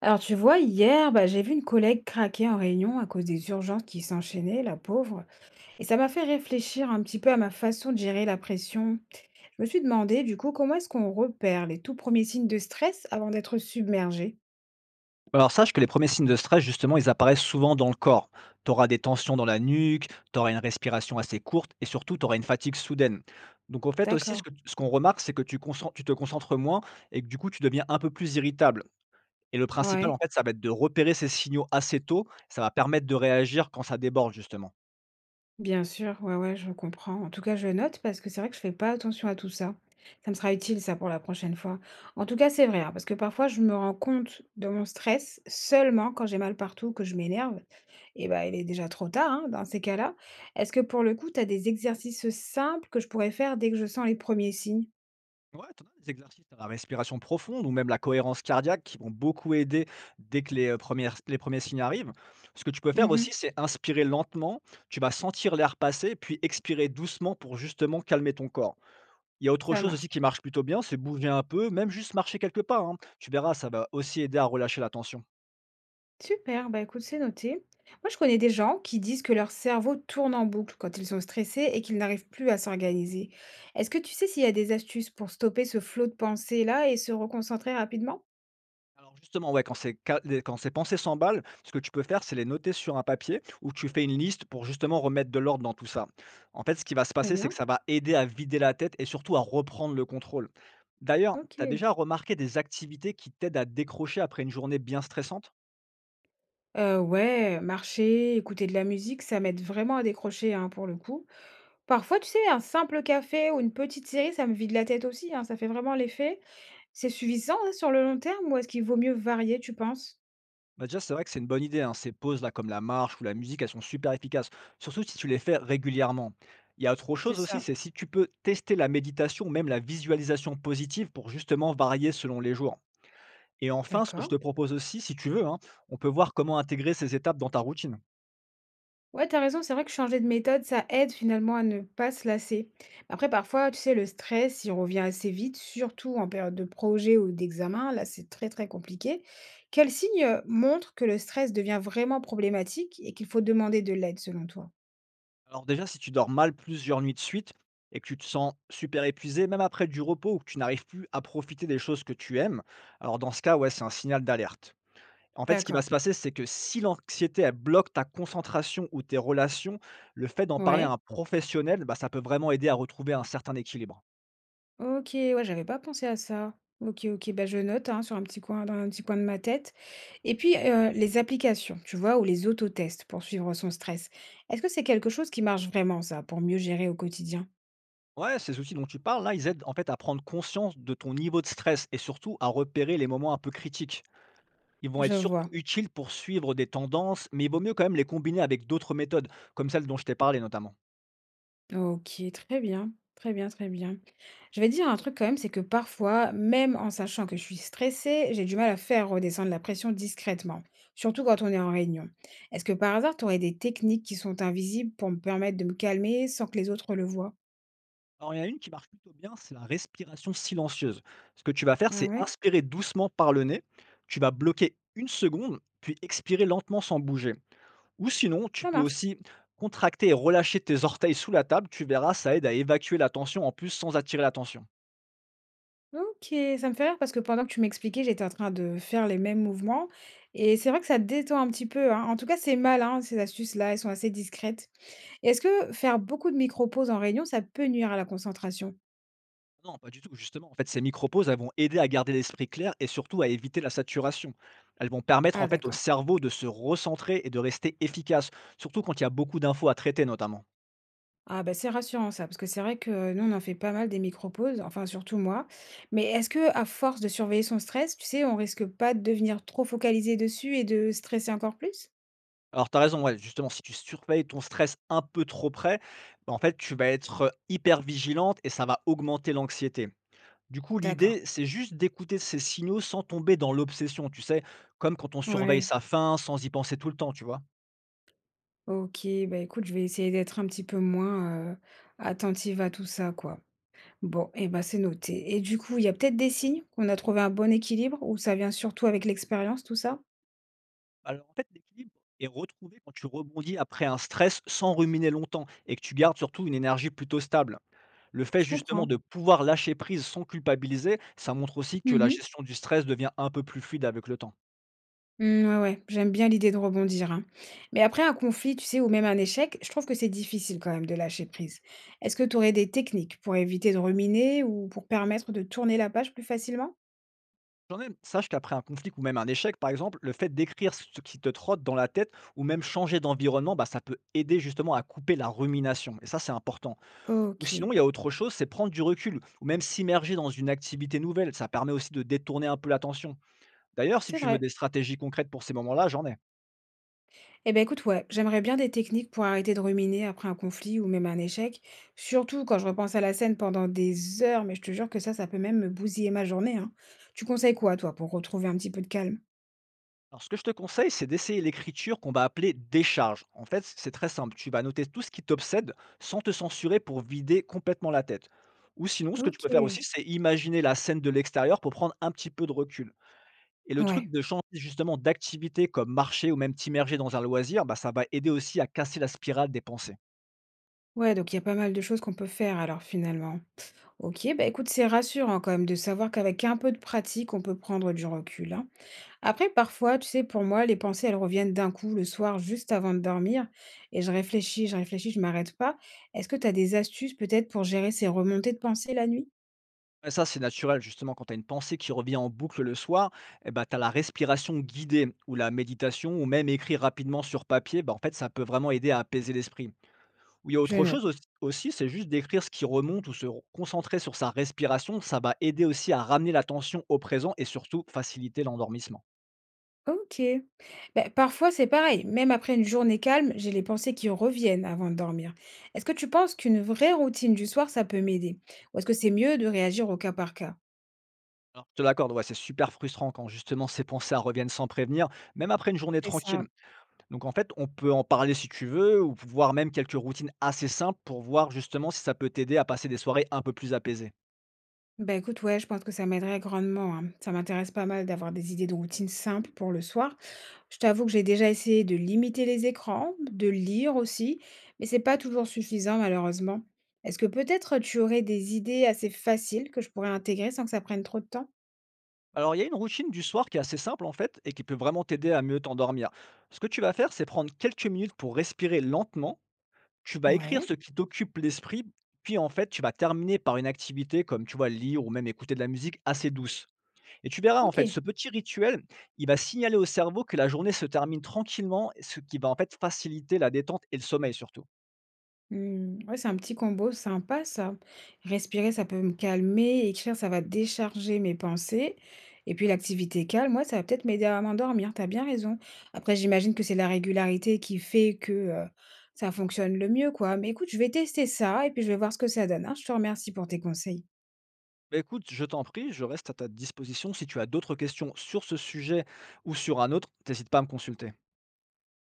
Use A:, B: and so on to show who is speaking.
A: Alors tu vois, hier, bah, j'ai vu une collègue craquer en réunion à cause des urgences qui s'enchaînaient, la pauvre. Et ça m'a fait réfléchir un petit peu à ma façon de gérer la pression. Je me suis demandé, du coup, comment est-ce qu'on repère les tout premiers signes de stress avant d'être submergé?
B: Alors sache que les premiers signes de stress, justement, ils apparaissent souvent dans le corps. Tu auras des tensions dans la nuque, tu auras une respiration assez courte et surtout tu auras une fatigue soudaine. Donc au fait aussi,
A: D'accord.
B: ce qu'on remarque, c'est que tu te concentres moins et que du coup tu deviens un peu plus irritable. Et le principal, en
A: Ouais.
B: fait, ça va être de repérer ces signaux assez tôt. Ça va permettre de réagir quand ça déborde, justement.
A: Bien sûr, ouais, ouais, je comprends. En tout cas, je note parce que c'est vrai que je fais pas attention à tout ça. Ça me sera utile, ça, pour la prochaine fois. En tout cas, c'est vrai, hein, parce que parfois, je me rends compte de mon stress seulement quand j'ai mal partout, que je m'énerve. Et bah, il est déjà trop tard, hein, dans ces cas-là. Est-ce que pour le coup, tu as des exercices simples que je pourrais faire dès que je sens les premiers signes?
B: Ouais, tu as des exercices à la respiration profonde ou même la cohérence cardiaque qui vont beaucoup aider dès que les premiers signes arrivent. Ce que tu peux faire aussi,
A: Mhm,
B: c'est inspirer lentement, tu vas sentir l'air passer, puis expirer doucement pour justement calmer ton corps. Il y a autre
A: ça
B: chose
A: marche.
B: aussi qui marche plutôt bien, c'est bouger un peu, même juste marcher quelques pas, hein. Tu verras, ça va aussi aider à relâcher la tension.
A: Super, bah écoute, c'est noté. Moi, je connais des gens qui disent que leur cerveau tourne en boucle quand ils sont stressés et qu'ils n'arrivent plus à s'organiser. Est-ce que tu sais s'il y a des astuces pour stopper ce flot de pensées-là et se reconcentrer rapidement?
B: Alors justement, ouais, quand ces ca les quand ces pensées s'emballent, ce que tu peux faire, c'est les noter sur un papier ou tu fais une liste pour justement remettre de l'ordre dans tout ça. En fait, ce qui va se
A: Très
B: passer, c'est que
A: bien.
B: ça va aider à vider la tête et surtout à reprendre le contrôle. D'ailleurs, tu as
A: Ok.
B: déjà remarqué des activités qui t'aident à décrocher après une journée bien stressante?
A: Ouais, marcher, écouter de la musique, ça m'aide vraiment à décrocher, hein, pour le coup. Parfois, tu sais, un simple café ou une petite série, ça me vide la tête aussi, hein, ça fait vraiment l'effet. C'est suffisant, hein, sur le long terme ou est-ce qu'il vaut mieux varier, tu penses?
B: Bah, déjà, c'est vrai que c'est une bonne idée, hein. Ces pauses-là, comme la marche ou la musique, elles sont super efficaces, surtout si tu les fais régulièrement. Il y a autre
A: C'est
B: chose aussi,
A: ça.
B: c'est si tu peux tester la méditation, ou même la visualisation positive, pour justement varier selon les jours. Et enfin, ce que je
A: D'accord.
B: te propose aussi, si tu veux, hein, on peut voir comment intégrer ces étapes dans ta routine.
A: Ouais, t'as raison, c'est vrai que changer de méthode, ça aide finalement à ne pas se lasser. Après, parfois, tu sais, le stress, si on revient assez vite, surtout en période de projet ou d'examen, là, c'est très, très compliqué. Quel signe montre que le stress devient vraiment problématique et qu'il faut demander de l'aide, selon toi?
B: Alors déjà, si tu dors mal plusieurs nuits de suite et que tu te sens super épuisé, même après du repos ou que tu n'arrives plus à profiter des choses que tu aimes, alors dans ce cas, ouais, c'est un signal d'alerte. En fait, ce qui va
A: D'accord.
B: se passer, c'est que si l'anxiété, elle bloque ta concentration ou tes relations, le fait d'en parler à un
A: Ouais.
B: professionnel, bah, ça peut vraiment aider à retrouver un certain équilibre.
A: Ok, ouais, j'avais pas pensé à ça. Ok, ok, bah je note, hein, sur un petit coin, dans un petit coin de ma tête. Et puis, les applications, tu vois, ou les autotests pour suivre son stress. Est-ce que c'est quelque chose qui marche vraiment, ça, pour mieux gérer au quotidien?
B: Ouais, ces outils dont tu parles là, ils aident en fait à prendre conscience de ton niveau de stress et surtout à repérer les moments un peu critiques. Ils vont être
A: Je
B: surtout
A: vois.
B: utiles pour suivre des tendances, mais il vaut mieux quand même les combiner avec d'autres méthodes, comme celle dont je t'ai parlé notamment.
A: OK, très bien, très bien, très bien. Je vais dire un truc quand même, c'est que parfois, même en sachant que je suis stressée, j'ai du mal à faire redescendre la pression discrètement, surtout quand on est en réunion. Est-ce que par hasard, tu aurais des techniques qui sont invisibles pour me permettre de me calmer sans que les autres le voient?
B: Alors, il y en a une qui marche plutôt bien, c'est la respiration silencieuse. Ce que tu vas faire,
A: Ah
B: c'est
A: ouais?
B: inspirer doucement par le nez. Tu vas bloquer une seconde, puis expirer lentement sans bouger. Ou sinon, tu
A: Ça
B: peux
A: marche.
B: aussi contracter et relâcher tes orteils sous la table. Tu verras, ça aide à évacuer la tension en plus sans attirer l'attention.
A: OK, ça me fait rire parce que pendant que tu m'expliquais, j'étais en train de faire les mêmes mouvements et c'est vrai que ça détend un petit peu, hein. En tout cas, c'est malin, ces astuces-là, elles sont assez discrètes. Est-ce que faire beaucoup de micro-pauses en réunion, ça peut nuire à la concentration?
B: Non, pas du tout, justement. En fait, ces micro-pauses, elles vont aider à garder l'esprit clair et surtout à éviter la saturation. Elles vont permettre en
A: Ah
B: fait au
A: d'accord.
B: cerveau de se recentrer et de rester efficace, surtout quand il y a beaucoup d'infos à traiter notamment.
A: Ah bah, c'est rassurant ça, parce que c'est vrai que nous, on en fait pas mal des micro-pauses, enfin surtout moi. Mais est-ce que, à force de surveiller son stress, tu sais, on risque pas de devenir trop focalisé dessus et de stresser encore plus?
B: Alors, tu as raison, ouais, justement, si tu surveilles ton stress un peu trop près, bah, en fait, tu vas être hyper vigilante et ça va augmenter l'anxiété. Du coup,
A: D'accord.
B: l'idée, c'est juste d'écouter ces signaux sans tomber dans l'obsession, tu sais, comme quand on surveille
A: Ouais.
B: sa faim sans y penser tout le temps, tu vois.
A: Ok, bah écoute, je vais essayer d'être un petit peu moins attentive à tout ça, quoi. Bon, et ben c'est noté. Et du coup, il y a peut-être des signes qu'on a trouvé un bon équilibre, ou ça vient surtout avec l'expérience, tout ça?
B: Alors en fait, l'équilibre est retrouvé quand tu rebondis après un stress sans ruminer longtemps et que tu gardes surtout une énergie plutôt stable. Le fait
A: Je
B: justement
A: comprends.
B: de pouvoir lâcher prise sans culpabiliser, ça montre aussi que la gestion du stress devient un peu plus fluide avec le temps.
A: Mmh, ouais, ouais, j'aime bien l'idée de rebondir, hein. Mais après un conflit, tu sais, ou même un échec, je trouve que c'est difficile quand même de lâcher prise. Est-ce que tu aurais des techniques pour éviter de ruminer ou pour permettre de tourner la page plus facilement?
B: J'en ai, sache qu'après un conflit ou même un échec, par exemple, le fait d'écrire ce qui te trotte dans la tête ou même changer d'environnement, bah, ça peut aider justement à couper la rumination. Et ça, c'est important. Ou sinon,
A: Ok,
B: il y a autre chose, c'est prendre du recul ou même s'immerger dans une activité nouvelle. Ça permet aussi de détourner un peu l'attention. D'ailleurs, si
A: c'est
B: tu veux
A: vrai.
B: des stratégies concrètes pour ces moments-là, j'en ai.
A: Eh ben écoute, ouais, j'aimerais bien des techniques pour arrêter de ruminer après un conflit ou même un échec, surtout quand je repense à la scène pendant des heures, mais je te jure que ça peut même me bousiller ma journée, hein. Tu conseilles quoi, toi, pour retrouver un petit peu de calme?
B: Alors, ce que je te conseille, c'est d'essayer l'écriture qu'on va appeler décharge. En fait, c'est très simple. Tu vas noter tout ce qui t'obsède sans te censurer pour vider complètement la tête. Ou sinon, ce que tu
A: Ok.
B: peux faire aussi, c'est imaginer la scène de l'extérieur pour prendre un petit peu de recul. Et le truc
A: Ouais,
B: de changer justement d'activité comme marcher ou même t'immerger dans un loisir, bah, ça va aider aussi à casser la spirale des pensées.
A: ouais, donc il y a pas mal de choses qu'on peut faire alors finalement. Ok, bah écoute, c'est rassurant quand même de savoir qu'avec un peu de pratique, on peut prendre du recul, hein. Après, parfois, tu sais, pour moi, les pensées, elles reviennent d'un coup le soir, juste avant de dormir, et je réfléchis, je réfléchis, je m'arrête pas. Est-ce que tu as des astuces peut-être pour gérer ces remontées de pensées la nuit?
B: Ouais, ça, c'est naturel, justement, quand tu as une pensée qui revient en boucle le soir, eh ben, tu as la respiration guidée ou la méditation ou même écrire rapidement sur papier, ben en fait, ça peut vraiment aider à apaiser l'esprit. Ou il y a
A: Je
B: autre
A: note.
B: chose aussi, c'est juste d'écrire ce qui remonte ou concentrer sur sa respiration, ça va aider aussi à ramener l'attention au présent et surtout faciliter l'endormissement.
A: Ok. Bah, parfois, c'est pareil. Même après une journée calme, j'ai les pensées qui reviennent avant de dormir. Est-ce que tu penses qu'une vraie routine du soir, ça peut m'aider? Ou est-ce que c'est mieux de réagir au cas par cas?
B: Alors, je te l'accorde, ouais, c'est super frustrant quand justement ces pensées elles reviennent sans prévenir, même après une journée
A: C'est
B: tranquille.
A: ça.
B: Donc en fait, on peut en parler si tu veux, ou voir même quelques routines assez simples pour voir justement si ça peut t'aider à passer des soirées un peu plus apaisées.
A: Bah, écoute, ouais, je pense que ça m'aiderait grandement, hein. Ça m'intéresse pas mal d'avoir des idées de routines simples pour le soir. Je t'avoue que j'ai déjà essayé de limiter les écrans, de lire aussi, mais c'est pas toujours suffisant malheureusement. Est-ce que peut-être tu aurais des idées assez faciles que je pourrais intégrer sans que ça prenne trop de temps?
B: Alors il y a une routine du soir qui est assez simple en fait et qui peut vraiment t'aider à mieux t'endormir. Ce que tu vas faire, c'est prendre quelques minutes pour respirer lentement. Tu vas écrire
A: Ouais,
B: ce qui t'occupe l'esprit, puis en fait, tu vas terminer par une activité comme tu vois lire ou même écouter de la musique assez douce. Et tu verras, en
A: ok.
B: fait, ce petit rituel, il va signaler au cerveau que la journée se termine tranquillement, ce qui va en fait faciliter la détente et le sommeil surtout.
A: Mmh, ouais, c'est un petit combo sympa ça. Respirer, ça peut me calmer, écrire, ça va décharger mes pensées. Et puis l'activité calme, ouais, ça va peut-être m'aider à m'endormir. T'as bien raison. Après, j'imagine que c'est la régularité qui fait que ça fonctionne le mieux, quoi. Mais écoute, je vais tester ça et puis je vais voir ce que ça donne, hein. Je te remercie pour tes conseils.
B: Bah, écoute, je t'en prie, je reste à ta disposition. Si tu as d'autres questions sur ce sujet ou sur un autre, n'hésite pas à me consulter.